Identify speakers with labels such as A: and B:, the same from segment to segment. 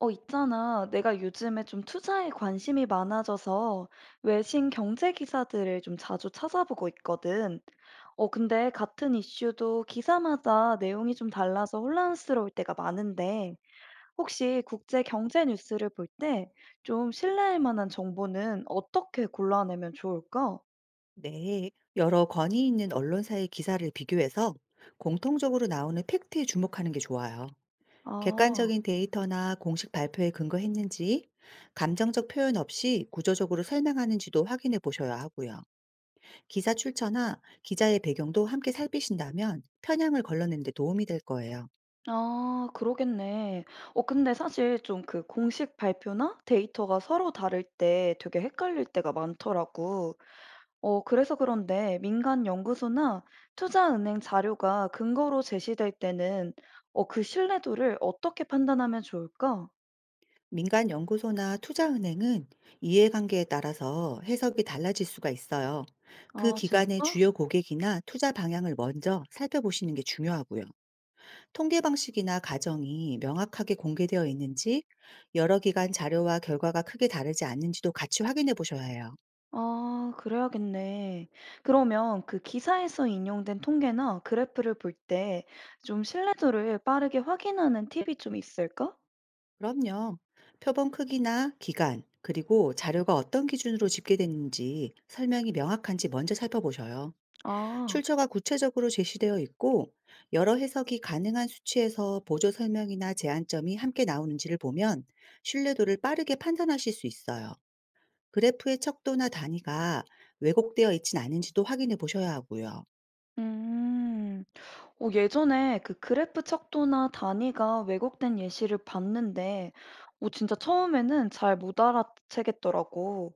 A: 있잖아. 내가 요즘에 좀 투자에 관심이 많아져서 외신 경제 기사들을 좀 자주 찾아보고 있거든. 근데 같은 이슈도 기사마다 내용이 좀 달라서 혼란스러울 때가 많은데, 혹시 국제 경제 뉴스를 볼 때 좀 신뢰할 만한 정보는 어떻게 골라내면 좋을까?
B: 네, 여러 권위 있는 언론사의 기사를 비교해서 공통적으로 나오는 팩트에 주목하는 게 좋아요.
A: 아,
B: 객관적인 데이터나 공식 발표에 근거했는지, 감정적 표현 없이 구조적으로 설명하는지도 확인해 보셔야 하고요. 기사 출처나 기자의 배경도 함께 살피신다면 편향을 걸러내는 데 도움이 될 거예요.
A: 아, 그러겠네. 근데 사실 좀 그 공식 발표나 데이터가 서로 다를 때 되게 헷갈릴 때가 많더라고. 그래서 그런데 민간 연구소나 투자은행 자료가 근거로 제시될 때는 그 신뢰도를 어떻게 판단하면 좋을까?
B: 민간 연구소나 투자은행은 이해관계에 따라서 해석이 달라질 수가 있어요. 그
A: 아,
B: 기관의
A: 진짜?
B: 주요 고객이나 투자 방향을 먼저 살펴보시는 게 중요하고요. 통계 방식이나 가정이 명확하게 공개되어 있는지, 여러 기관 자료와 결과가 크게 다르지 않는지도 같이 확인해 보셔야 해요.
A: 아, 그래야겠네. 그러면 그 기사에서 인용된 통계나 그래프를 볼 때 좀 신뢰도를 빠르게 확인하는 팁이 좀 있을까?
B: 그럼요. 표본 크기나 기간, 그리고 자료가 어떤 기준으로 집계됐는지 설명이 명확한지 먼저 살펴보셔요.
A: 아,
B: 출처가 구체적으로 제시되어 있고 여러 해석이 가능한 수치에서 보조 설명이나 제한점이 함께 나오는지를 보면 신뢰도를 빠르게 판단하실 수 있어요. 그래프의 척도나 단위가 왜곡되어 있진 않은지도 확인해 보셔야 하고요.
A: 음. 예전에 그 그래프 척도나 단위가 왜곡된 예시를 봤는데, 진짜 처음에는 잘 못 알아채겠더라고.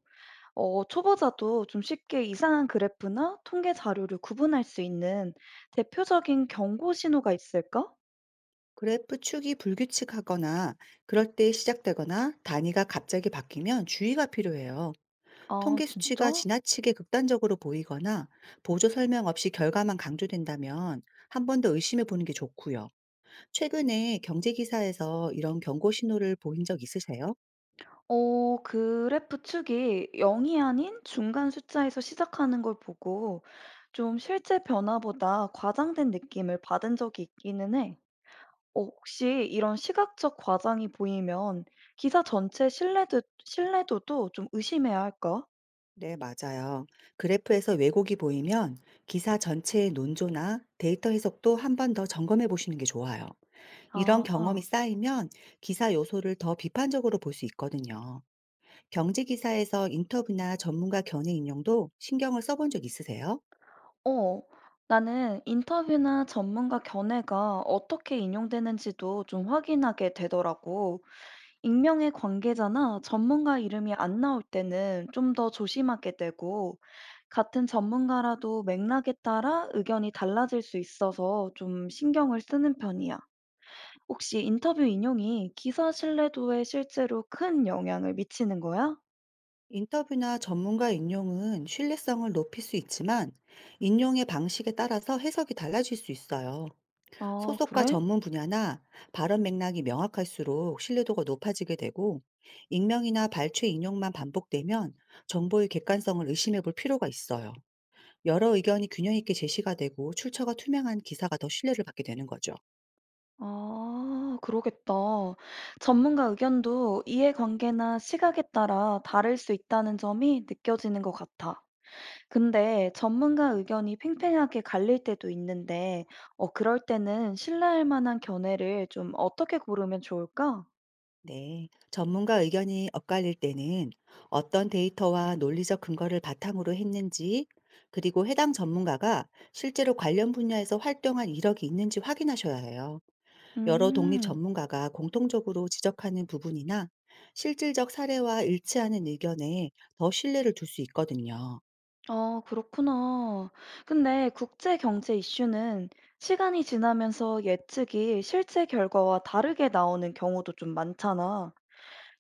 A: 초보자도 좀 쉽게 이상한 그래프나 통계 자료를 구분할 수 있는 대표적인 경고 신호가 있을까?
B: 그래프 축이 불규칙하거나 그럴 때 시작되거나 단위가 갑자기 바뀌면 주의가 필요해요.
A: 아,
B: 통계 수치가
A: 진짜?
B: 지나치게 극단적으로 보이거나 보조 설명 없이 결과만 강조된다면 한 번 더 의심해 보는 게 좋고요. 최근에 경제 기사에서 이런 경고 신호를 보인 적 있으세요?
A: 그래프 축이 0이 아닌 중간 숫자에서 시작하는 걸 보고 좀 실제 변화보다 과장된 느낌을 받은 적이 있기는 해. 어 혹시 이런 시각적 과장이 보이면 기사 전체 신뢰도도 좀 의심해야 할까?
B: 네, 맞아요. 그래프에서 왜곡이 보이면 기사 전체의 논조나 데이터 해석도 한번 더 점검해 보시는 게 좋아요. 이런 경험이
A: 아.
B: 쌓이면 기사 요소를 더 비판적으로 볼 수 있거든요. 경제 기사에서 인터뷰나 전문가 견해 인용도 신경을 써본 적 있으세요?
A: 어. 나는 인터뷰나 전문가 견해가 어떻게 인용되는지도 좀 확인하게 되더라고. 익명의 관계자나 전문가 이름이 안 나올 때는 좀 더 조심하게 되고, 같은 전문가라도 맥락에 따라 의견이 달라질 수 있어서 좀 신경을 쓰는 편이야. 혹시 인터뷰 인용이 기사 신뢰도에 실제로 큰 영향을 미치는 거야?
B: 인터뷰나 전문가 인용은 신뢰성을 높일 수 있지만 인용의 방식에 따라서 해석이 달라질 수 있어요.
A: 아,
B: 소속과
A: 그래?
B: 전문 분야나 발언 맥락이 명확할수록 신뢰도가 높아지게 되고 익명이나 발췌 인용만 반복되면 정보의 객관성을 의심해 볼 필요가 있어요. 여러 의견이 균형 있게 제시가 되고 출처가 투명한 기사가 더 신뢰를 받게 되는 거죠.
A: 아, 그러겠다. 전문가 의견도 이해관계나 시각에 따라 다를 수 있다는 점이 느껴지는 것 같아. 근데 전문가 의견이 팽팽하게 갈릴 때도 있는데, 그럴 때는 신뢰할 만한 견해를 좀 어떻게 고르면 좋을까?
B: 네. 전문가 의견이 엇갈릴 때는 어떤 데이터와 논리적 근거를 바탕으로 했는지 그리고 해당 전문가가 실제로 관련 분야에서 활동한 이력이 있는지 확인하셔야 해요. 여러 독립
A: 음.
B: 전문가가 공통적으로 지적하는 부분이나 실질적 사례와 일치하는 의견에 더 신뢰를 둘 수 있거든요.
A: 아, 그렇구나. 근데 국제 경제 이슈는 시간이 지나면서 예측이 실제 결과와 다르게 나오는 경우도 좀 많잖아.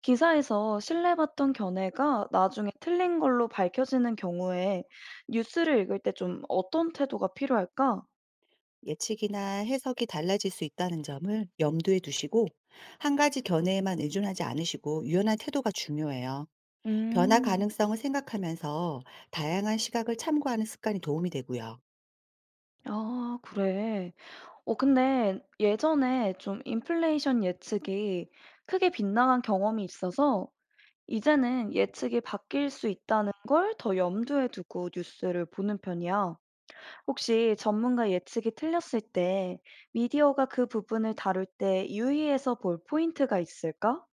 A: 기사에서 신뢰받던 견해가 나중에 틀린 걸로 밝혀지는 경우에 뉴스를 읽을 때 좀 어떤 태도가 필요할까?
B: 예측이나 해석이 달라질 수 있다는 점을 염두에 두시고 한 가지 견해에만 의존하지 않으시고 유연한 태도가 중요해요. 변화
A: 음,
B: 가능성을 생각하면서 다양한 시각을 참고하는 습관이 도움이 되고요.
A: 아, 그래. 근데 예전에 좀 인플레이션 예측이 크게 빗나간 경험이 있어서 이제는 예측이 바뀔 수 있다는 걸 더 염두에 두고 뉴스를 보는 편이야. 혹시 전문가 예측이 틀렸을 때 미디어가 그 부분을 다룰 때 유의해서 볼 포인트가 있을까?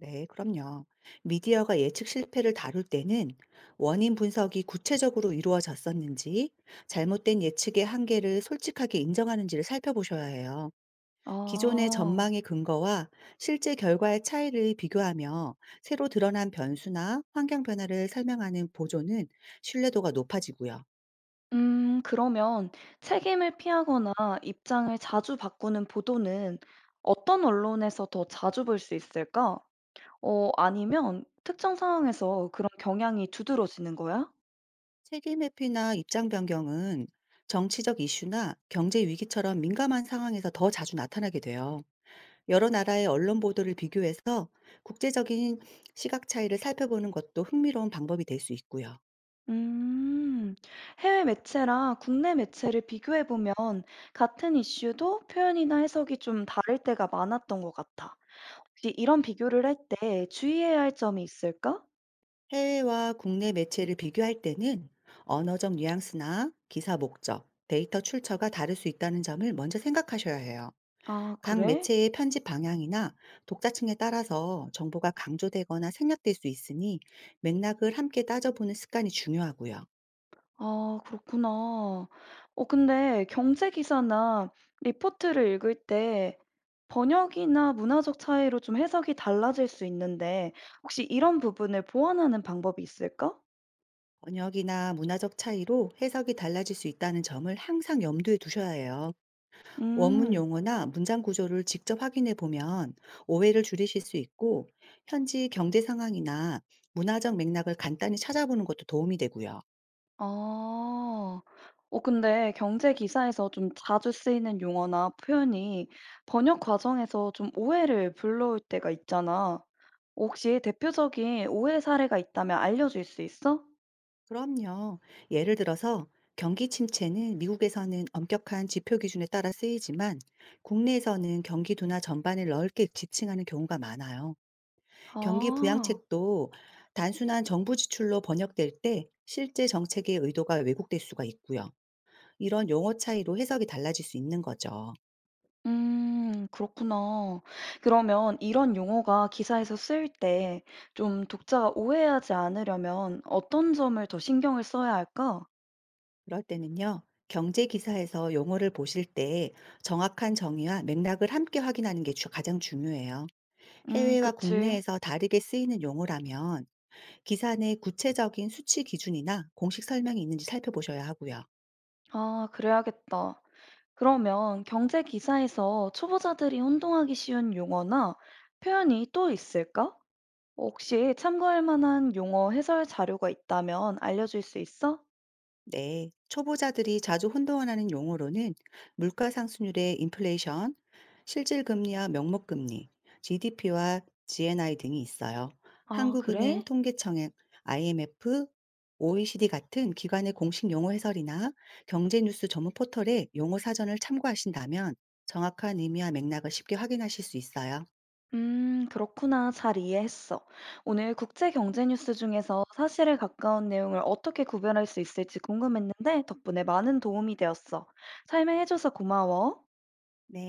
B: 네, 그럼요. 미디어가 예측 실패를 다룰 때는 원인 분석이 구체적으로 이루어졌었는지, 잘못된 예측의 한계를 솔직하게 인정하는지를 살펴보셔야 해요. 기존의
A: 아,
B: 전망의 근거와 실제 결과의 차이를 비교하며 새로 드러난 변수나 환경 변화를 설명하는 보조는 신뢰도가 높아지고요.
A: 그러면 책임을 피하거나 입장을 자주 바꾸는 보도는 어떤 언론에서 더 자주 볼 수 있을까? 아니면 특정 상황에서 그런 경향이 두드러지는 거야?
B: 책임 회피나 입장 변경은 정치적 이슈나 경제 위기처럼 민감한 상황에서 더 자주 나타나게 돼요. 여러 나라의 언론 보도를 비교해서 국제적인 시각 차이를 살펴보는 것도 흥미로운 방법이 될 수 있고요.
A: 음, 해외 매체랑 국내 매체를 비교해 보면 같은 이슈도 표현이나 해석이 좀 다를 때가 많았던 것 같아. 혹시 이런 비교를 할 때 주의해야 할 점이 있을까?
B: 해외와 국내 매체를 비교할 때는 언어적 뉘앙스나 기사 목적, 데이터 출처가 다를 수 있다는 점을 먼저 생각하셔야 해요.
A: 아,
B: 각
A: 그래?
B: 매체의 편집 방향이나 독자층에 따라서 정보가 강조되거나 생략될 수 있으니 맥락을 함께 따져보는 습관이 중요하고요.
A: 아, 그렇구나. 근데 경제 기사나 리포트를 읽을 때 번역이나 문화적 차이로 좀 해석이 달라질 수 있는데 혹시 이런 부분을 보완하는 방법이 있을까?
B: 번역이나 문화적 차이로 해석이 달라질 수 있다는 점을 항상 염두에 두셔야 해요. 원문
A: 음.
B: 용어나 문장 구조를 직접 확인해 보면 오해를 줄이실 수 있고, 현지 경제 상황이나 문화적 맥락을 간단히 찾아보는 것도 도움이 되고요.
A: 아. 어 근데 경제 기사에서 좀 자주 쓰이는 용어나 표현이 번역 과정에서 좀 오해를 불러올 때가 있잖아. 혹시 대표적인 오해 사례가 있다면 알려줄 수 있어?
B: 그럼요. 예를 들어서 경기 침체는 미국에서는 엄격한 지표 기준에 따라 쓰이지만 국내에서는 경기 둔화 전반을 넓게 지칭하는 경우가 많아요. 경기
A: 아.
B: 부양책도 단순한 정부 지출로 번역될 때 실제 정책의 의도가 왜곡될 수가 있고요. 이런 용어 차이로 해석이 달라질 수 있는 거죠.
A: 음. 그렇구나. 그러면 이런 용어가 기사에서 쓰일 때 좀 독자가 오해하지 않으려면 어떤 점을 더 신경을 써야 할까?
B: 그럴 때는요, 경제 기사에서 용어를 보실 때 정확한 정의와 맥락을 함께 확인하는 게 가장 중요해요. 해외와
A: 그치.
B: 국내에서 다르게 쓰이는 용어라면 기사 내 구체적인 수치 기준이나 공식 설명이 있는지 살펴보셔야 하고요.
A: 아 그래야겠다. 그러면 경제 기사에서 초보자들이 혼동하기 쉬운 용어나 표현이 또 있을까? 혹시 참고할 만한 용어 해설 자료가 있다면 알려줄 수 있어?
B: 네, 초보자들이 자주 혼동하는 용어로는 물가 상승률의 인플레이션, 실질 금리와 명목 금리, GDP와 GNI 등이 있어요.
A: 아,
B: 한국은행,
A: 그래?
B: 통계청, IMF, OECD 같은 기관의 공식 용어 해설이나 경제 뉴스 전문 포털의 용어 사전을 참고하신다면 정확한 의미와 맥락을 쉽게 확인하실 수 있어요.
A: 그렇구나. 잘 이해했어. 오늘 국제 경제 뉴스 중에서 사실에 가까운 내용을 어떻게 구별할 수 있을지 궁금했는데 덕분에 많은 도움이 되었어. 설명해줘서 고마워.
B: 네.